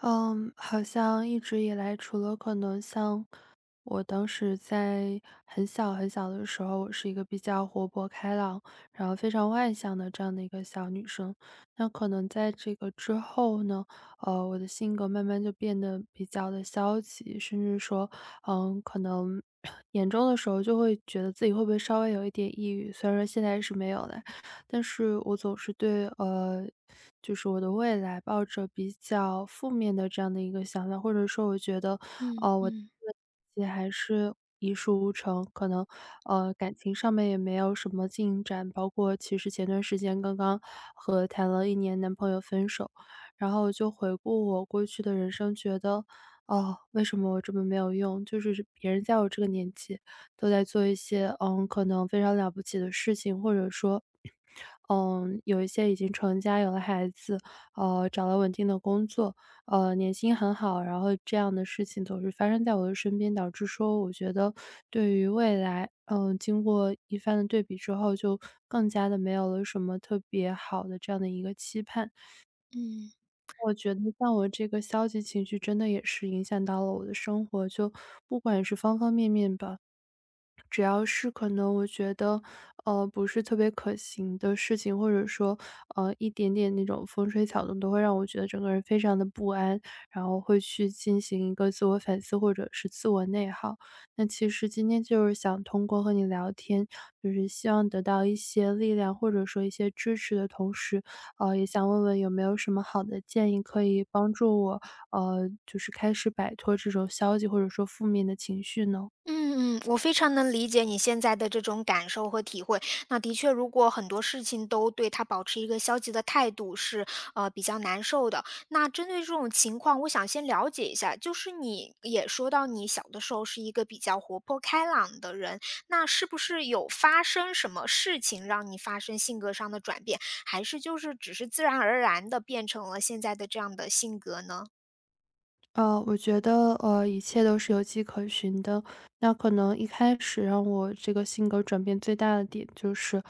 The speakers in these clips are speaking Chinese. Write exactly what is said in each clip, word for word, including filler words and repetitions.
嗯，好像一直以来，除了可能像我当时在很小很小的时候，我是一个比较活泼开朗，然后非常外向的这样的一个小女生。那可能在这个之后呢，呃，我的性格慢慢就变得比较的消极，甚至说，嗯，可能 严重的时候就会觉得自己会不会稍微有一点抑郁。虽然说现在是没有的。但是我总是对呃，就是我的未来抱着比较负面的这样的一个想法，或者说我觉得，嗯呃，我嗯也还是一事无成，可能呃感情上面也没有什么进展，包括其实前段时间刚刚和谈了一年男朋友分手，然后就回顾我过去的人生，觉得哦，为什么我这么没有用？就是别人在我这个年纪，都在做一些，嗯，可能非常了不起的事情，或者说，嗯，有一些已经成家有了孩子，呃，找了稳定的工作，呃，年薪很好，然后这样的事情总是发生在我的身边，导致说我觉得对于未来，嗯，经过一番的对比之后，就更加的没有了什么特别好的这样的一个期盼。嗯我觉得像我这个消极情绪真的也是影响到了我的生活，就不管是方方面面吧。只要是可能我觉得，呃，不是特别可行的事情，或者说，呃，一点点那种风吹草动，都会让我觉得整个人非常的不安，然后会去进行一个自我反思或者是自我内耗。那其实今天就是想通过和你聊天，就是希望得到一些力量或者说一些支持的同时，呃，也想问问有没有什么好的建议可以帮助我，呃，就是开始摆脱这种消极或者说负面的情绪呢？嗯嗯，我非常能理解你现在的这种感受和体会。那的确，如果很多事情都对他保持一个消极的态度是，呃，比较难受的。那针对这种情况，我想先了解一下，就是你也说到你小的时候是一个比较活泼开朗的人，那是不是有发生什么事情让你发生性格上的转变，还是就是只是自然而然的变成了现在的这样的性格呢？呃，我觉得，呃，一切都是有迹可循的。那可能一开始让我这个性格转变最大的点就是，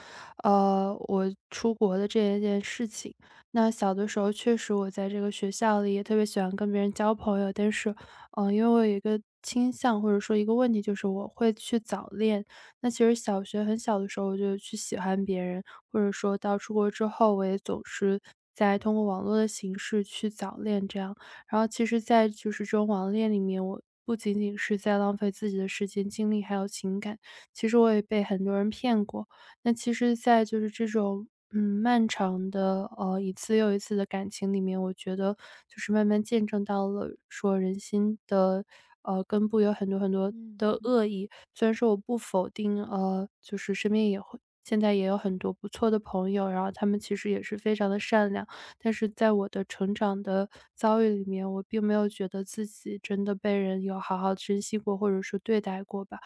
呃，我出国的这一件事情。那小的时候确实我在这个学校里也特别喜欢跟别人交朋友，但是，嗯，因为我有一个倾向或者说一个问题就是我会去早恋。那其实小学很小的时候我就去喜欢别人，或者说到出国之后，我也总是在通过网络的形式去早恋这样。然后其实在就是这种网恋里面，我不仅仅是在浪费自己的时间、精力还有情感，其实我也被很多人骗过。那其实在就是这种，嗯，漫长的，呃，一次又一次的感情里面，我觉得就是慢慢见证到了说人心的，呃，根部有很多很多的嗯恶意。虽然说我不否定，呃，就是身边也会现在也有很多不错的朋友，然后他们其实也是非常的善良。但是在我的成长的遭遇里面，我并没有觉得自己真的被人有好好珍惜过，或者说对待过吧。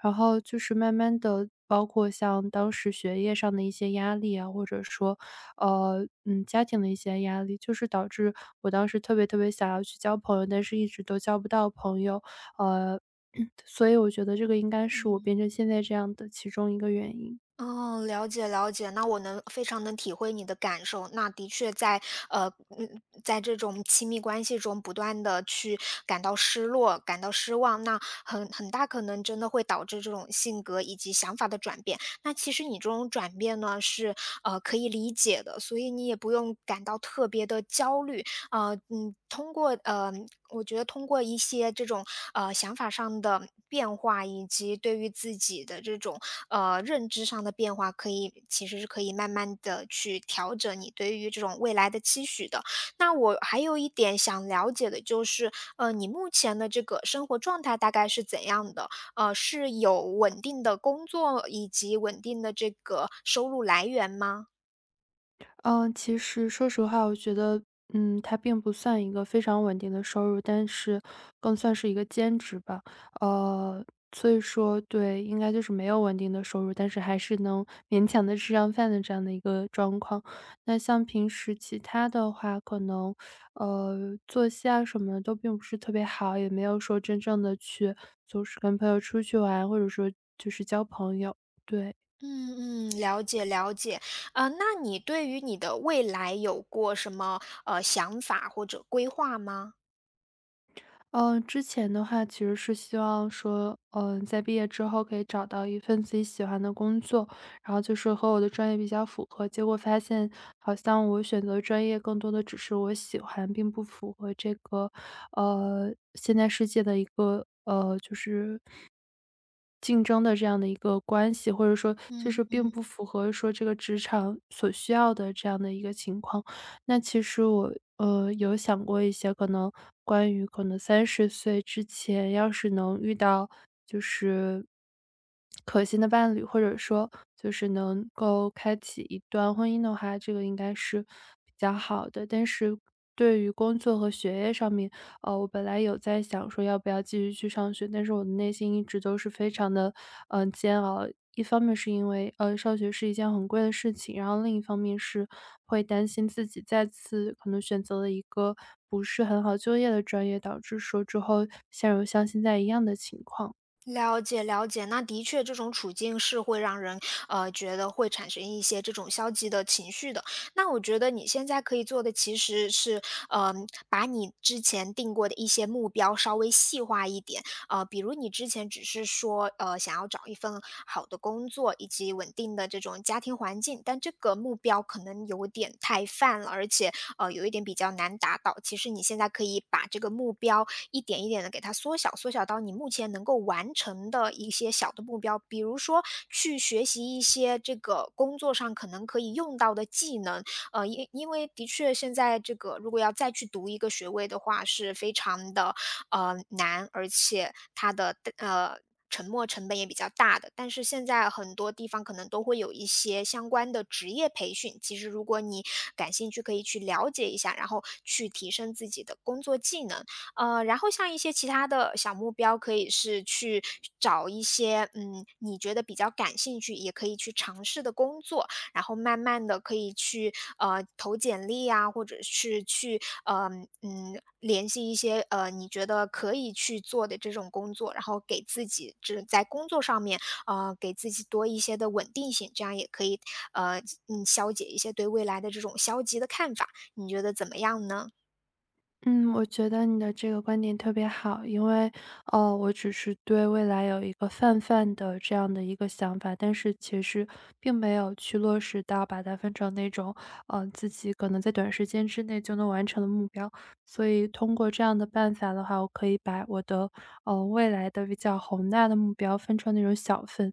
然后就是慢慢的，包括像当时学业上的一些压力啊，或者说，呃，嗯，家庭的一些压力，就是导致我当时特别特别想要去交朋友，但是一直都交不到朋友，呃，所以我觉得这个应该是我嗯。变成现在这样的其中一个原因。哦，了解了解，那我能非常能体会你的感受。那的确在呃，嗯，在这种亲密关系中不断的去感到失落、感到失望，那很很大可能真的会导致这种性格以及想法的转变。那其实你这种转变呢，是呃可以理解的，所以你也不用感到特别的焦虑。呃，嗯，通过呃，我觉得通过一些这种呃想法上的变化，以及对于自己的这种呃认知上的变化，可以其实是可以慢慢的去调整你对于这种未来的期许的。那我还有一点想了解的就是，呃，你目前的这个生活状态大概是怎样的？呃，是有稳定的工作以及稳定的这个收入来源吗？嗯，其实说实话，我觉得，嗯，它并不算一个非常稳定的收入，但是更算是一个兼职吧。呃，所以说，对，应该就是没有稳定的收入，但是还是能勉强的吃上饭的这样的一个状况。那像平时其他的话，可能呃作息啊什么的都并不是特别好，也没有说真正的去就是跟朋友出去玩，或者说就是交朋友。对，嗯嗯，了解了解。呃，那你对于你的未来有过什么呃想法或者规划吗？嗯，之前的话其实是希望说，嗯、在毕业之后可以找到一份自己喜欢的工作，然后就是和我的专业比较符合。结果发现，好像我选择专业更多的只是我喜欢，并不符合这个，呃，现在世界的一个，呃，就是竞争的这样的一个关系，或者说就嗯，是并嗯不符合说这个职场所需要的这样的一个情况。那其实我，呃，有想过一些可能关于可能三十岁之前要是能遇到就是可心的伴侣，或者说就是能够开启一段婚姻的话，这个应该是比较好的。但是对于工作和学业上面，呃，我本来有在想说要不要继续去上学，但是我的内心一直都是非常的，嗯，煎熬。一方面是因为，呃，上学是一件很贵的事情，然后另一方面是会担心自己再次可能选择了一个不是很好就业的专业，导致说之后陷入像现在一样的情况。了解了解。那的确，这种处境是会让人呃觉得会产生一些这种消极的情绪的。那我觉得你现在可以做的其实是，嗯、把你之前定过的一些目标稍微细化一点。呃，比如你之前只是说，呃，想要找一份好的工作以及稳定的这种家庭环境，但这个目标可能有点太泛了，而且呃，有一点比较难达到。其实你现在可以把这个目标一点一点的给它缩小，缩小到你目前能够完成的一些小的目标，比如说去学习一些这个工作上可能可以用到的技能，呃，因因为的确现在这个如果要再去读一个学位的话，是非常的呃，难，而且它的呃沉没成本也比较大的。但是现在很多地方可能都会有一些相关的职业培训，其实如果你感兴趣，可以去了解一下，然后去提升自己的工作技能。呃，然后像一些其他的小目标，可以是去找一些嗯你觉得比较感兴趣，也可以去尝试的工作。然后慢慢的可以去，呃，投简历啊，或者是去，呃，嗯，联系一些，呃，你觉得可以去做的这种工作，然后给自己这在工作上面，呃，给自己多一些的稳定性，这样也可以，呃，嗯，消解一些对未来的这种消极的看法，你觉得怎么样呢？嗯，我觉得你的这个观点特别好，因为，哦，我只是对未来有一个泛泛的这样的一个想法，但是其实并没有去落实到把它分成那种，呃，自己可能在短时间之内就能完成的目标。所以通过这样的办法的话，我可以把我的，呃，未来的比较宏大的目标分成那种小份。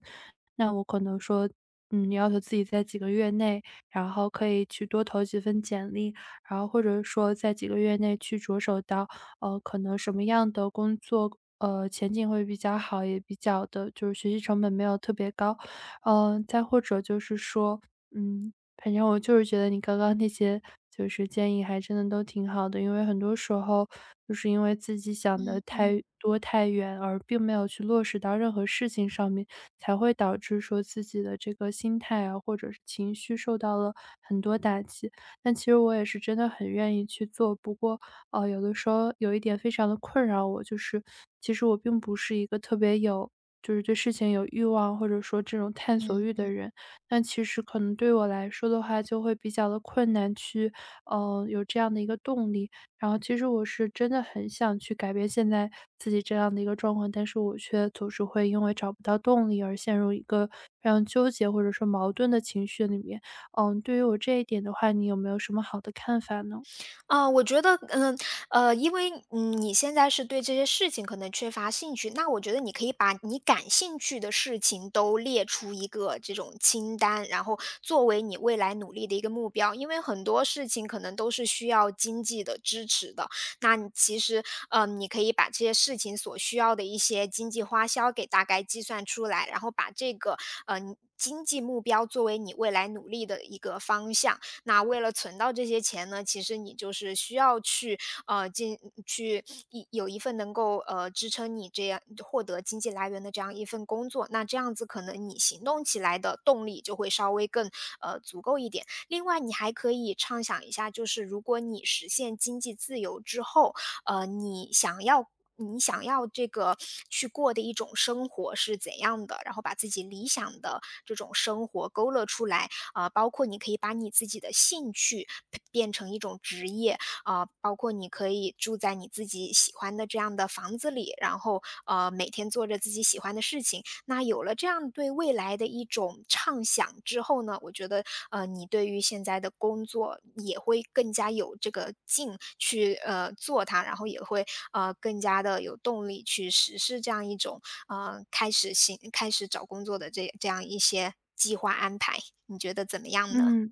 那我可能说，嗯，要求自己在几个月内，然后可以去多投几份简历，然后或者说在几个月内去着手到，呃，可能什么样的工作，呃，前景会比较好，也比较的就是学习成本没有特别高。嗯，再或者就是说，嗯，反正我就是觉得你刚刚那些就是建议还真的都挺好的，因为很多时候就是因为自己想的嗯太嗯多太远，而并没有去落实到任何事情上面，才会导致说自己的这个心态啊，或者是情绪受到了很多打击。但其实我也是真的很愿意去做，不过，呃，有的时候有一点非常的困扰我，就是其实我并不是一个特别有就是对事情有欲望，或者说这种探索欲嗯。的人。但其实可能对我来说的话，就会比较的困难去，呃，有这样的一个动力。然后其实我是真的很想去改变现在自己这样的一个状况，但是我却总是会因为找不到动力而陷入一个非常纠结或者说矛盾的情绪里面。嗯，对于我这一点的话，你有没有什么好的看法呢？啊，我觉得，嗯，呃，因为，嗯，你现在是对这些事情可能缺乏兴趣，那我觉得你可以把你感兴趣的事情都列出一个这种清单，然后作为你未来努力的一个目标。因为很多事情可能都是需要经济的支持的，那你其实，嗯，你可以把这些事情所需要的一些经济花销给大概计算出来，然后把这个，嗯，你经济目标作为你未来努力的一个方向。那为了存到这些钱呢，其实你就是需要去呃进去一有一份能够呃支撑你这样获得经济来源的这样一份工作，那这样子可能你行动起来的动力就会稍微更呃足够一点。另外，你还可以畅想一下，就是如果你实现经济自由之后，呃，你想要。你想要这个去过的一种生活是怎样的，然后把自己理想的这种生活勾勒出来，啊，呃包括你可以把你自己的兴趣变成一种职业，啊，呃包括你可以住在你自己喜欢的这样的房子里，然后呃每天做着自己喜欢的事情，那有了这样对未来的一种畅想之后呢，我觉得，呃，你对于现在的工作也会更加有这个劲去，呃，做它，然后也会，呃，更加的有动力去实施这样一种，呃，开始行开始找工作的这这样一些计划安排，你觉得怎么样呢？嗯。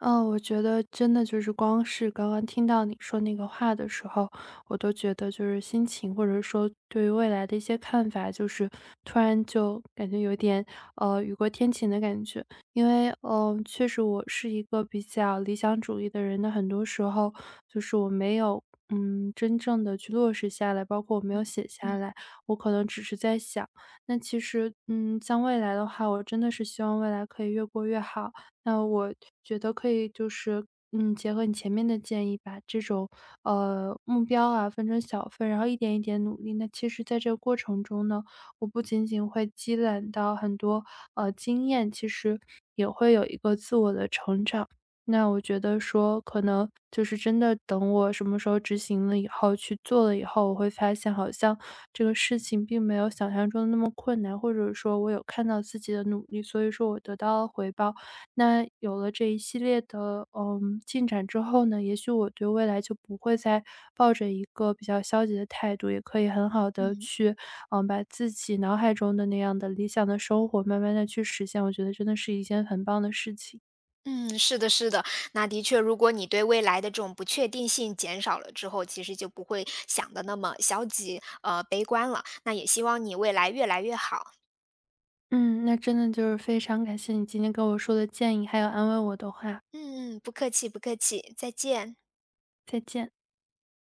嗯，我觉得真的就是光是刚刚听到你说那个话的时候，我都觉得就是心情，或者说对于未来的一些看法，就是突然就感觉有点呃雨过天晴的感觉。因为嗯，呃确实我是一个比较理想主义的人，那很多时候就是我没有。嗯，真正的去落实下来，包括我没有写下来，嗯我可能只是在想。那其实，嗯，像未来的话，我真的是希望未来可以越过越好。那我觉得可以就是，嗯，结合你前面的建议，把这种呃目标啊分成小份，然后一点一点努力。那其实，在这个过程中呢，我不仅仅会积攒到很多呃经验，其实也会有一个自我的成长。那我觉得说，可能就是真的等我什么时候执行了以后，去做了以后，我会发现好像这个事情并没有想象中的那么困难，或者说我有看到自己的努力，所以说我得到了回报。那有了这一系列的，嗯，进展之后呢，也许我对未来就不会再抱着一个比较消极的态度，也可以很好的嗯。去，嗯，把自己脑海中的那样的理想的生活慢慢的去实现，我觉得真的是一件很棒的事情。嗯，是的，是的。那的确，如果你对未来的这种不确定性减少了之后，其实就不会想的那么消极，呃，悲观了。那也希望你未来越来越好。嗯，那真的就是非常感谢你今天跟我说的建议，还有安慰我的话，嗯嗯，不客气，不客气，再见。再见。